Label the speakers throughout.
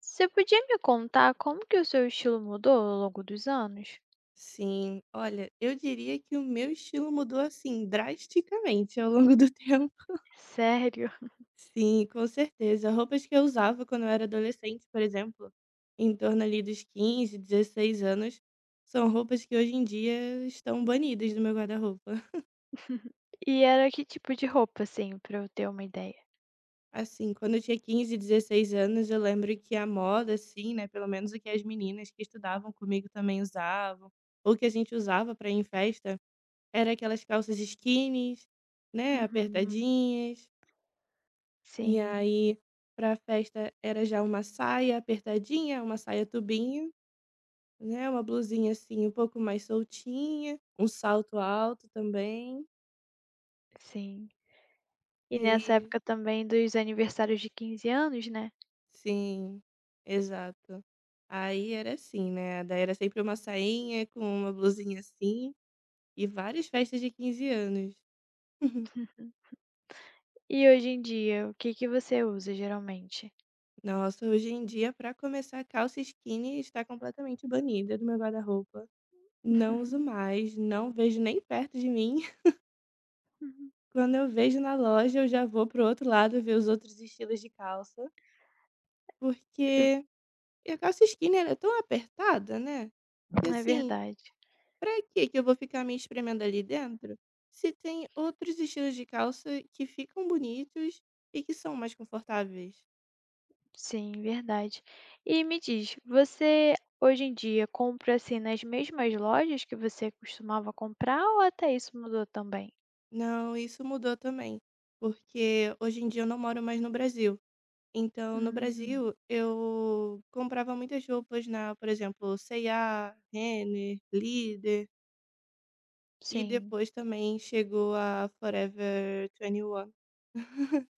Speaker 1: Você podia me contar como que o seu estilo mudou ao longo dos anos?
Speaker 2: Sim, olha, eu diria que o meu estilo mudou, assim, drasticamente ao longo do tempo.
Speaker 1: Sério?
Speaker 2: Sim, com certeza. Roupas que eu usava quando eu era adolescente, por exemplo, em torno ali dos 15, 16 anos, são roupas que hoje em dia estão banidas do meu guarda-roupa.
Speaker 1: E era que tipo de roupa, assim, pra eu ter uma ideia?
Speaker 2: Assim, quando eu tinha 15, 16 anos, eu lembro que a moda, assim, né, pelo menos o que as meninas que estudavam comigo também usavam, ou que a gente usava para ir em festa, era aquelas calças skinnies, né,
Speaker 1: Uhum.
Speaker 2: apertadinhas. E
Speaker 1: Sim,
Speaker 2: aí, pra festa, era já uma saia apertadinha, uma saia tubinho, né, uma blusinha, assim, um pouco mais soltinha, um salto alto também
Speaker 1: sim. E nessa
Speaker 2: e
Speaker 1: época também dos aniversários de 15 anos, né.
Speaker 2: sim, exato. Aí era assim, né, daí era sempre uma sainha com uma blusinha assim e várias festas de 15 anos.
Speaker 1: E hoje em dia, o que que você usa geralmente?
Speaker 2: Nossa, hoje em dia, pra começar, calça skinny está completamente banida do meu guarda-roupa. Não uso mais, não vejo nem perto de mim.
Speaker 1: Uhum.
Speaker 2: Quando eu vejo na loja, eu já vou pro outro lado ver os outros estilos de calça,
Speaker 1: Eu
Speaker 2: porque a calça skinner é tão apertada, né, que
Speaker 1: é
Speaker 2: assim,
Speaker 1: verdade.
Speaker 2: pra que que eu vou ficar me espremendo ali dentro, se tem outros estilos de calça que ficam bonitos e que são mais confortáveis.
Speaker 1: Sim, verdade. E me diz, você hoje em dia compra, assim, nas mesmas lojas que você costumava comprar ou até isso mudou também?
Speaker 2: Não, isso mudou também, porque hoje em dia eu não moro mais no Brasil, então no
Speaker 1: Hum.
Speaker 2: Brasil eu comprava muitas roupas na, por exemplo, C&A, Renner, Líder. E
Speaker 1: Sim,
Speaker 2: depois também chegou a Forever 21.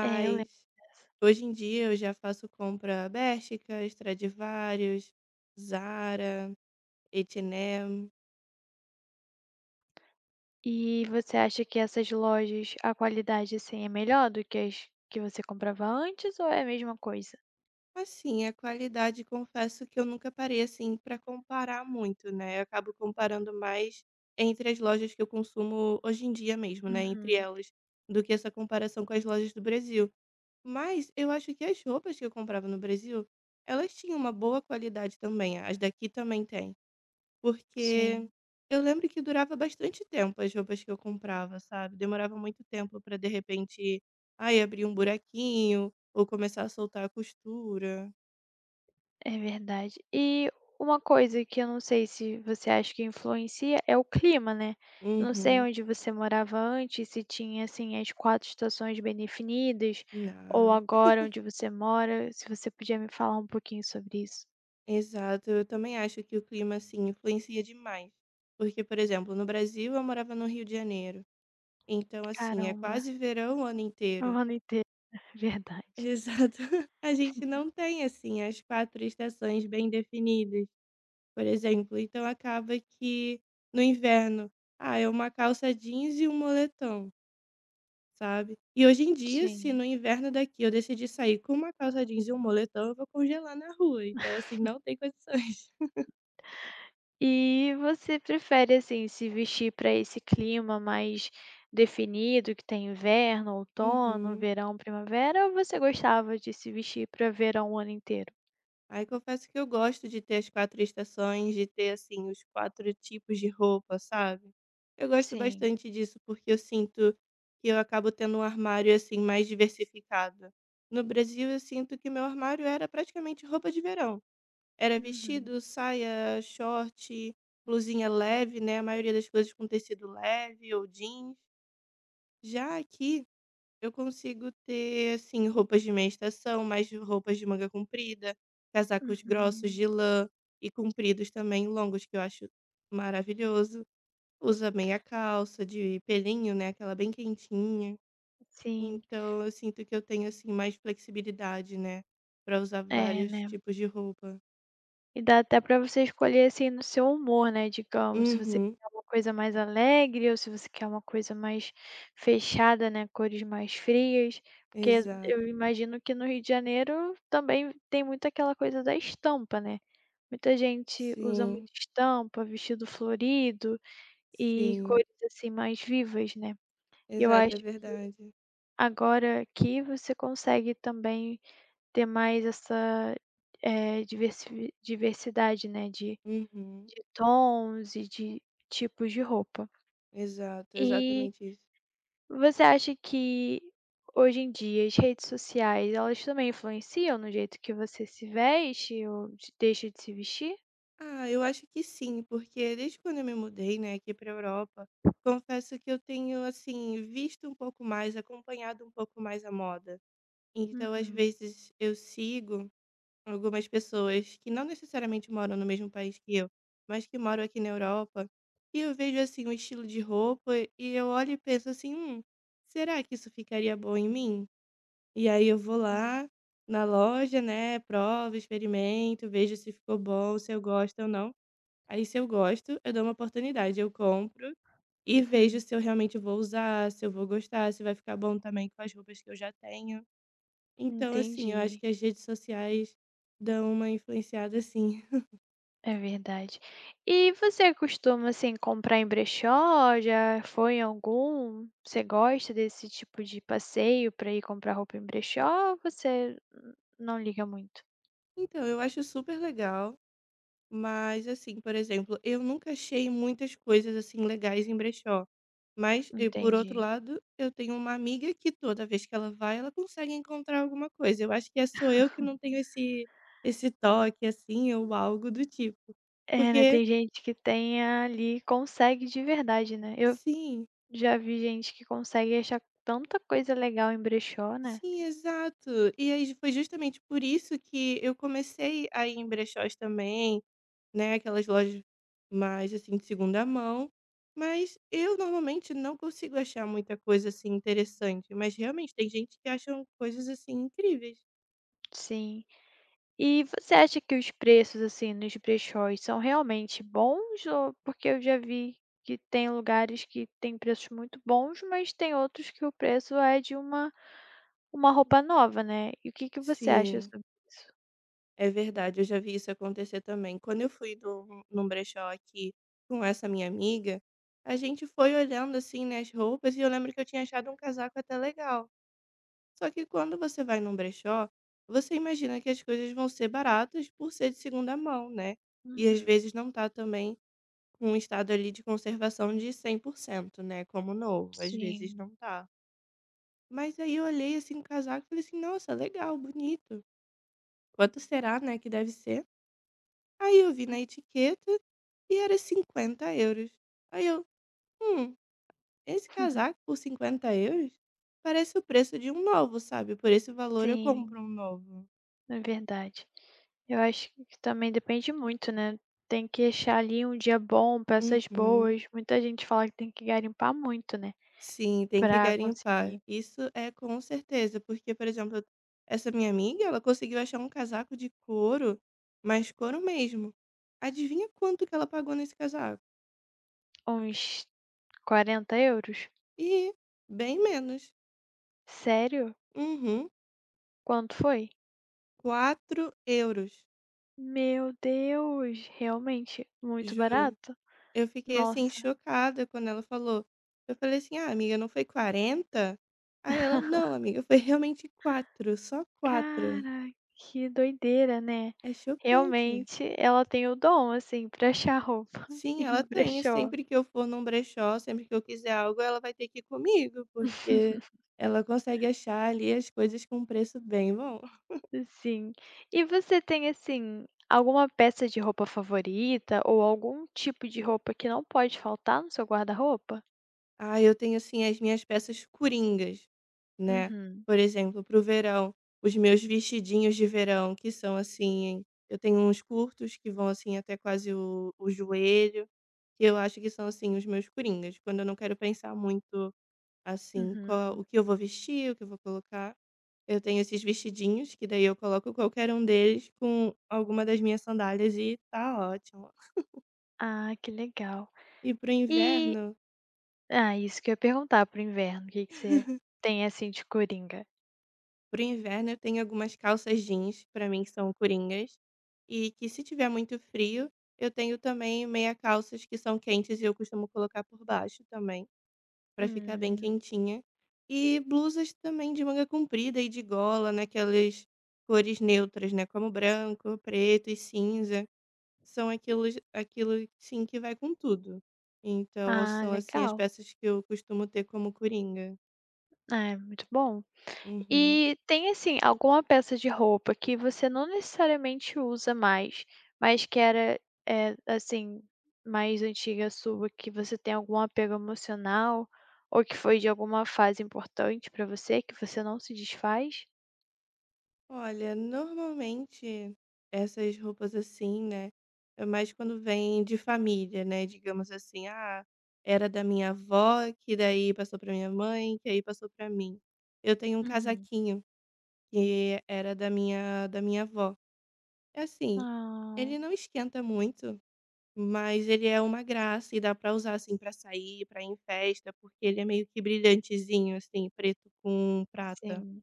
Speaker 1: é, eu lembro dessa.
Speaker 2: hoje em dia eu já faço compra Bershka, Stradivarius, Zara, H&M.
Speaker 1: E você acha que essas lojas, a qualidade, assim, é melhor do que as que você comprava antes ou é a mesma coisa?
Speaker 2: Assim, a qualidade confesso que eu nunca parei assim para comparar muito, né? Eu acabo comparando mais entre as lojas que eu consumo hoje em dia mesmo, né, entre
Speaker 1: Uhum.
Speaker 2: elas, do que essa comparação com as lojas do Brasil. Mas eu acho que as roupas que eu comprava no Brasil, elas tinham uma boa qualidade também, as daqui também têm, porque
Speaker 1: Sim,
Speaker 2: eu lembro que durava bastante tempo as roupas que eu comprava, sabe, demorava muito tempo para de repente, ai, abrir um buraquinho ou começar a soltar a costura.
Speaker 1: é verdade. E uma coisa que eu não sei se você acha que influencia é o clima, né. Eu não sei
Speaker 2: Uhum.
Speaker 1: onde você morava antes, se tinha, assim, as 4 estações bem definidas ou
Speaker 2: Não.
Speaker 1: agora onde você mora, se você podia me falar um pouquinho sobre isso.
Speaker 2: Exato, eu também acho que o clima, assim, influencia demais, porque, por exemplo, no Brasil eu morava no Rio de Janeiro, então, assim, é
Speaker 1: Caramba,
Speaker 2: quase verão o ano
Speaker 1: o
Speaker 2: inteiro.
Speaker 1: ano inteiro, verdade.
Speaker 2: Exato. A gente não tem, assim, as 4 estações bem definidas, por exemplo, então acaba que no inverno, ah, é uma calça jeans e um moletom, sabe. E hoje em dia, se
Speaker 1: Sim.
Speaker 2: no inverno daqui eu decidir sair com uma calça jeans e um moletom, eu vou congelar na rua, então, assim, não tem condições.
Speaker 1: E você prefere, assim, se vestir para esse clima mais definido, que tem inverno, outono,
Speaker 2: Uhum.
Speaker 1: verão, primavera, ou você gostava de se vestir para verão o ano inteiro?
Speaker 2: Aí confesso que eu gosto de ter as 4 estações, de ter, assim, os 4 tipos de roupa, sabe. Eu gosto
Speaker 1: Sim.
Speaker 2: bastante disso, porque eu sinto que eu acabo tendo um armário, assim, mais diversificado. No Brasil, eu sinto que meu armário era praticamente roupa de verão. Era
Speaker 1: Uhum,
Speaker 2: vestido, saia, short, blusinha leve, né, a maioria das coisas com tecido leve ou jeans. Já aqui eu consigo ter, assim, roupas de meia estação, mas roupas de manga comprida, casacos grossos
Speaker 1: uhum.
Speaker 2: de lã e compridos também, longos, que eu acho maravilhoso. Usa meia calça de pelinho, né, aquela bem quentinha.
Speaker 1: Sim,
Speaker 2: Então eu sinto que eu tenho, assim, mais flexibilidade, né, pra usar
Speaker 1: é,
Speaker 2: vários
Speaker 1: né.
Speaker 2: tipos de roupa.
Speaker 1: E dá até pra você escolher, assim, no seu humor, né, digamos, se você
Speaker 2: Uhum,
Speaker 1: quer uma coisa mais alegre ou se você quer uma coisa mais fechada, né, cores mais frias, porque
Speaker 2: exato.
Speaker 1: eu imagino que no Rio de Janeiro também tem muito aquela coisa da estampa, né. Muita gente usa
Speaker 2: Sim,
Speaker 1: muito estampa, vestido florido e
Speaker 2: sim.
Speaker 1: cores, assim, mais vivas, né. E eu
Speaker 2: Exato,
Speaker 1: acho
Speaker 2: é
Speaker 1: que
Speaker 2: verdade.
Speaker 1: agora aqui você consegue também ter mais essa, eh, diversidade, né, de
Speaker 2: Uhum,
Speaker 1: de tons e de tipos de roupa.
Speaker 2: exato,
Speaker 1: E
Speaker 2: exatamente isso.
Speaker 1: você acha que hoje em dia as redes sociais, elas também influenciam no jeito que você se veste ou de deixa de se vestir?
Speaker 2: Ah, eu acho que sim, porque desde quando eu me mudei, né, aqui para Europa, confesso que eu tenho assim visto um pouco mais, acompanhado um pouco mais a moda. Então, às
Speaker 1: Uhum,
Speaker 2: vezes eu sigo algumas pessoas que não necessariamente moram no mesmo país que eu, mas que moram aqui na Europa, e eu vejo assim um estilo de roupa e eu olho e penso assim, será que isso ficaria bom em mim? E aí eu vou
Speaker 1: sim.
Speaker 2: lá na loja, né, provo, experimento, vejo se ficou bom, se eu gosto ou não. Aí se eu gosto, eu dou uma oportunidade, eu compro e vejo
Speaker 1: Uhum,
Speaker 2: se eu realmente vou usar, se eu vou gostar, se vai ficar bom também com as roupas que eu já tenho. Então, assim, eu acho
Speaker 1: entendi.
Speaker 2: que as redes sociais dão uma influenciada assim.
Speaker 1: É verdade. E você costuma, assim, comprar em brechó? Já foi em algum? Você gosta desse tipo de passeio para ir comprar roupa em brechó ou você n não liga muito?
Speaker 2: Então, eu acho super legal. Mas assim, por exemplo, eu nunca achei muitas coisas, assim, legais em brechó. Mas, e por outro
Speaker 1: Entendi.
Speaker 2: lado, eu tenho uma amiga que toda vez que ela vai, ela consegue encontrar alguma coisa. Eu acho que é só eu que não tenho esse toque, assim, ou algo do tipo.
Speaker 1: É, né,
Speaker 2: Porque
Speaker 1: tem gente que tem ali consegue de verdade, né. Eu
Speaker 2: sim,
Speaker 1: já vi gente que consegue achar tanta coisa legal em brechó, né.
Speaker 2: sim, exato. E aí foi justamente por isso que eu comecei a ir em brechós também. Né, aquelas lojas mais, assim, de segunda mão, mas eu normalmente não consigo achar muita coisa, assim, interessante, mas realmente tem gente que acham coisas, assim, incríveis.
Speaker 1: Sim. E você acha que os preços, assim, nos brechós são realmente bons ou porque eu já vi que tem lugares que tem preços muito bons, mas tem outros que o preço é de uma roupa nova, né. E o que que você acha
Speaker 2: Sim,
Speaker 1: sobre isso?
Speaker 2: é verdade, eu já vi isso acontecer também. Quando eu fui num brechó aqui com essa minha amiga, a gente foi olhando, assim, né, as roupas e eu lembro que eu tinha achado um casaco até legal. Só que quando você vai num brechó, você imagina que as coisas vão ser baratas por ser de segunda mão, né, e às
Speaker 1: Uhum.
Speaker 2: vezes não tá também um estado ali de conservação de 100%, né, como novo, às vezes
Speaker 1: Sim.
Speaker 2: não tá. Mas aí eu olhei, assim, o casaco e falei assim: "Nossa, legal, bonito. Quanto será, né, que deve ser?". Aí eu vi na etiqueta e era 50 euros. Aí eu: "Hum, esse casaco por 50 euros? Parece o preço de um novo, sabe, por esse valor eu
Speaker 1: Sim.
Speaker 2: compro um novo".
Speaker 1: É verdade. Eu acho que também depende muito, né, tem que achar ali um dia bom, peças
Speaker 2: Uhum.
Speaker 1: boas, muita gente fala que tem que garimpar muito, né,
Speaker 2: Sim, tem que
Speaker 1: pra
Speaker 2: garimpar.
Speaker 1: conseguir
Speaker 2: Isso é com certeza, porque, por exemplo, essa minha amiga, ela conseguiu achar um casaco de couro, mas couro mesmo. Adivinha quanto que ela pagou nesse casaco?
Speaker 1: uns 40 euros.
Speaker 2: E bem menos.
Speaker 1: Sério?
Speaker 2: Uhum,
Speaker 1: Quanto foi?
Speaker 2: 4 euros,
Speaker 1: Meu Deus, realmente muito
Speaker 2: juro.
Speaker 1: barato?
Speaker 2: Eu fiquei assim
Speaker 1: Nossa.
Speaker 2: chocada quando ela falou. Eu falei assim: "Ah, amiga, não foi 40". Aí ela: "Não, amiga, foi realmente 4, só 4".
Speaker 1: Cara, que doideira, né.
Speaker 2: É chocante.
Speaker 1: Realmente ela tem o dom, assim, pra achar roupa
Speaker 2: Sim,
Speaker 1: em
Speaker 2: ela tem. E
Speaker 1: brechó.
Speaker 2: sempre que eu for num brechó, sempre que eu quiser algo, ela vai ter que ir comigo, porque ela consegue achar ali as coisas com um preço bem bom.
Speaker 1: Sim. E você tem, assim, alguma peça de roupa favorita ou algum tipo de roupa que não pode faltar no seu guarda-roupa?
Speaker 2: Ah, eu tenho, assim, as minhas peças coringas, né?
Speaker 1: Uhum,
Speaker 2: Por exemplo, pro verão, os meus vestidinhos de verão, que são assim. Eu tenho uns curtos que vão, assim, até quase o joelho, que eu acho que são, assim, os meus coringas, quando eu não quero pensar muito, assim, qual, o
Speaker 1: uhum.
Speaker 2: que eu vou vestir, o que eu vou colocar. Eu tenho esses vestidinhos, que daí eu coloco qualquer um deles com alguma das minhas sandálias e tá ótimo.
Speaker 1: Ah, que legal.
Speaker 2: E para o
Speaker 1: E
Speaker 2: inverno
Speaker 1: ah, isso que eu ia perguntar pro inverno, o que que você tem, assim, de coringa?
Speaker 2: Para o inverno eu tenho algumas calças jeans, para mim que são coringas, e que se tiver muito frio, eu tenho também meia calças que são quentes e eu costumo colocar por baixo também, para ficar bem
Speaker 1: Hum.
Speaker 2: quentinha. E blusas também de manga comprida e de gola, naquelas cores neutras, né, como branco, preto e cinza. São aqueles, aquilo sim, que vai com tudo. Então
Speaker 1: Ah,
Speaker 2: são, assim, as
Speaker 1: legal.
Speaker 2: peças que eu costumo ter como coringa.
Speaker 1: Ah, é muito bom.
Speaker 2: Uhum.
Speaker 1: E tem, assim, alguma peça de roupa que você não necessariamente usa mais, mas que era, eh, assim, mais antiga sua, que você tem algum apego emocional, ou que foi de alguma fase importante pra você, que você não se desfaz?
Speaker 2: Olha, normalmente essas roupas assim, né, é mais quando vem de família, né, digamos assim: "Ah, era da minha avó, que daí passou pra minha mãe, que aí passou pra mim". Eu tenho um
Speaker 1: Uhum.
Speaker 2: casaquinho que era da minha avó. É assim, ele
Speaker 1: Ah,
Speaker 2: não esquenta muito, mas ele é uma graça e dá pra usar, assim, pra sair, pra ir em festa, porque ele é meio que brilhantezinho, assim, preto com prata.
Speaker 1: sim.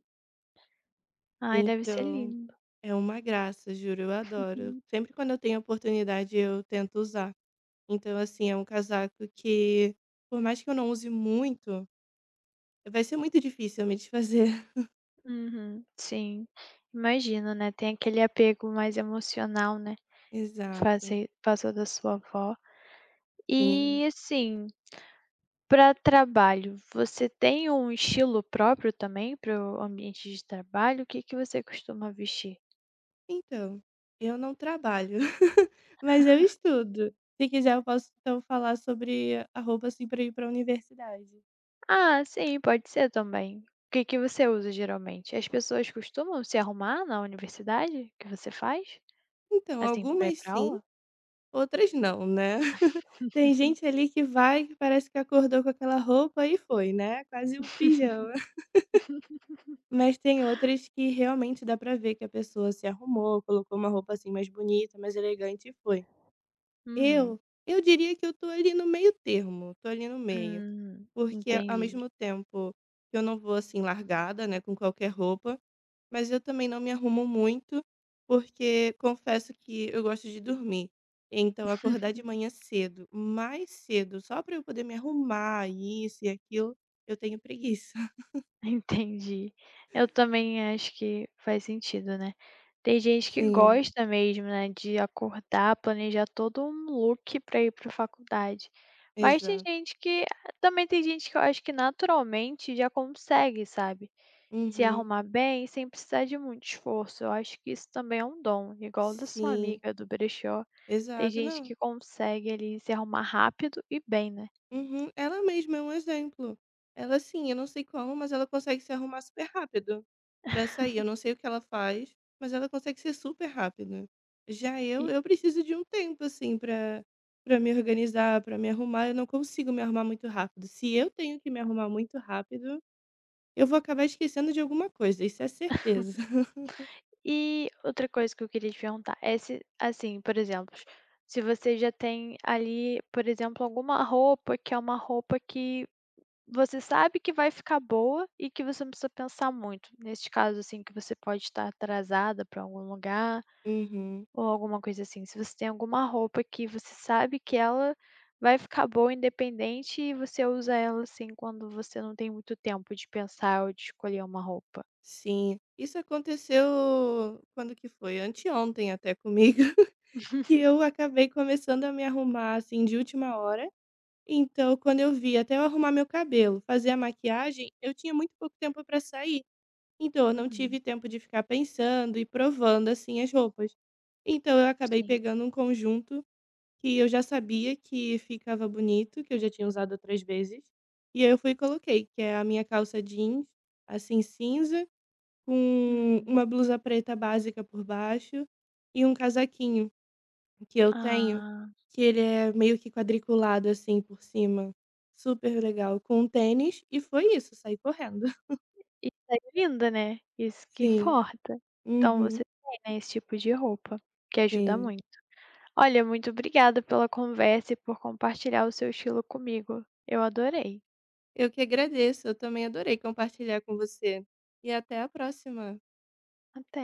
Speaker 1: Ai, deve ser
Speaker 2: Então,
Speaker 1: lindo.
Speaker 2: é uma graça, juro, eu adoro.
Speaker 1: Hum,
Speaker 2: Sempre quando eu tenho oportunidade, eu tento usar. Então, assim, é um casaco que, por mais que eu não use muito, vai ser muito difícil eu me desfazer.
Speaker 1: uhum, sim, imagino, né, tem aquele apego mais emocional, né,
Speaker 2: Exato.
Speaker 1: fazer passou da sua avó.
Speaker 2: Sim.
Speaker 1: E, assim, para trabalho, você tem um estilo próprio também para o ambiente de trabalho? O que que você costuma vestir?
Speaker 2: Então, eu não trabalho, mas eu estudo. Se quiser eu posso então falar sobre a roupa, assim, para ir para a universidade.
Speaker 1: Ah, sim, pode ser também. O que que você usa geralmente? As pessoas costumam se arrumar na universidade que você faz?
Speaker 2: Então,
Speaker 1: Assim, para ir
Speaker 2: algumas
Speaker 1: para
Speaker 2: sim,
Speaker 1: aula?
Speaker 2: outras não, né. Tem gente ali que vai, que parece que acordou com aquela roupa e foi, né, quase um pijama. Mas tem outras que realmente dá pra ver que a pessoa se arrumou, colocou uma roupa, assim, mais bonita, mais elegante e foi.
Speaker 1: Uhum.
Speaker 2: Eu, eu diria que eu tô ali no meio termo, tô ali no meio. Porque ao
Speaker 1: Entendi.
Speaker 2: mesmo tempo que eu não vou, assim, largada, né, com qualquer roupa, mas eu também não me arrumo muito, porque confesso que eu gosto de dormir. Então acordar de manhã cedo, mais cedo, só para eu poder me arrumar, isso e aquilo, eu tenho preguiça.
Speaker 1: Entendi. Eu também acho que faz sentido, né. Tem gente que
Speaker 2: Sim,
Speaker 1: gosta mesmo, né, de acordar, planejar todo um look pra ir pra faculdade. Mas tem
Speaker 2: exato.
Speaker 1: gente que também tem gente que eu acho que naturalmente já consegue, sabe, se
Speaker 2: Uhum.
Speaker 1: arrumar bem sem precisar de muito esforço. Eu acho que isso também é um dom, igual da sua
Speaker 2: Sim,
Speaker 1: amiga do brechó. Tem
Speaker 2: exato.
Speaker 1: gente
Speaker 2: Não.
Speaker 1: que consegue ali se arrumar rápido e bem, né.
Speaker 2: Uhum. Ela mesma é um exemplo. Ela assim, eu não sei como, mas ela consegue se arrumar super rápido pra sair. Eu não sei o que ela faz, mas ela consegue ser super rápida. Já eu preciso de um tempo assim pra para me organizar, pra me arrumar. Eu não consigo me arrumar muito rápido. Se eu tenho que me arrumar muito rápido, eu vou acabar esquecendo de alguma coisa. Isso é certeza.
Speaker 1: E outra coisa que eu queria te perguntar é se, assim, por exemplo, se você já tem ali, por exemplo, alguma roupa que é uma roupa que você sabe que vai ficar boa e que você não precisa pensar muito. Neste caso, assim, que você pode estar atrasada para algum lugar
Speaker 2: Uhum.
Speaker 1: ou alguma coisa assim. Se você tem alguma roupa que você sabe que ela vai ficar boa independente e você usa ela, assim, quando você não tem muito tempo de pensar ou de escolher uma roupa.
Speaker 2: Sim. Isso aconteceu quando que foi? Anteontem até comigo. Que eu acabei começando a me arrumar, assim, de última hora, então quando eu vi, até eu arrumar meu cabelo, fazer a maquiagem, eu tinha muito pouco tempo para sair, então eu não
Speaker 1: Uhum,
Speaker 2: tive tempo de ficar pensando e provando, assim, as roupas. Então eu acabei
Speaker 1: sim.
Speaker 2: pegando um conjunto que eu já sabia que ficava bonito, que eu já tinha usado outras vezes, e aí eu fui e coloquei, que é a minha calça jeans, assim, cinza, com
Speaker 1: Uhum.
Speaker 2: uma blusa preta básica por baixo e um casaquinho. Que eu tenho,
Speaker 1: Ah.
Speaker 2: que ele é meio que quadriculado, assim, por cima, super legal, com um tênis, e foi isso, saí correndo.
Speaker 1: E segue linda, né, isso que
Speaker 2: Sim.
Speaker 1: importa. Então
Speaker 2: Uhum,
Speaker 1: você tem, né, esse tipo de roupa, que ajuda
Speaker 2: sim.
Speaker 1: muito. Olha, muito obrigada pela conversa e por compartilhar o seu estilo comigo. Eu adorei.
Speaker 2: Eu que agradeço, eu também adorei compartilhar com você. E até a próxima.
Speaker 1: Até.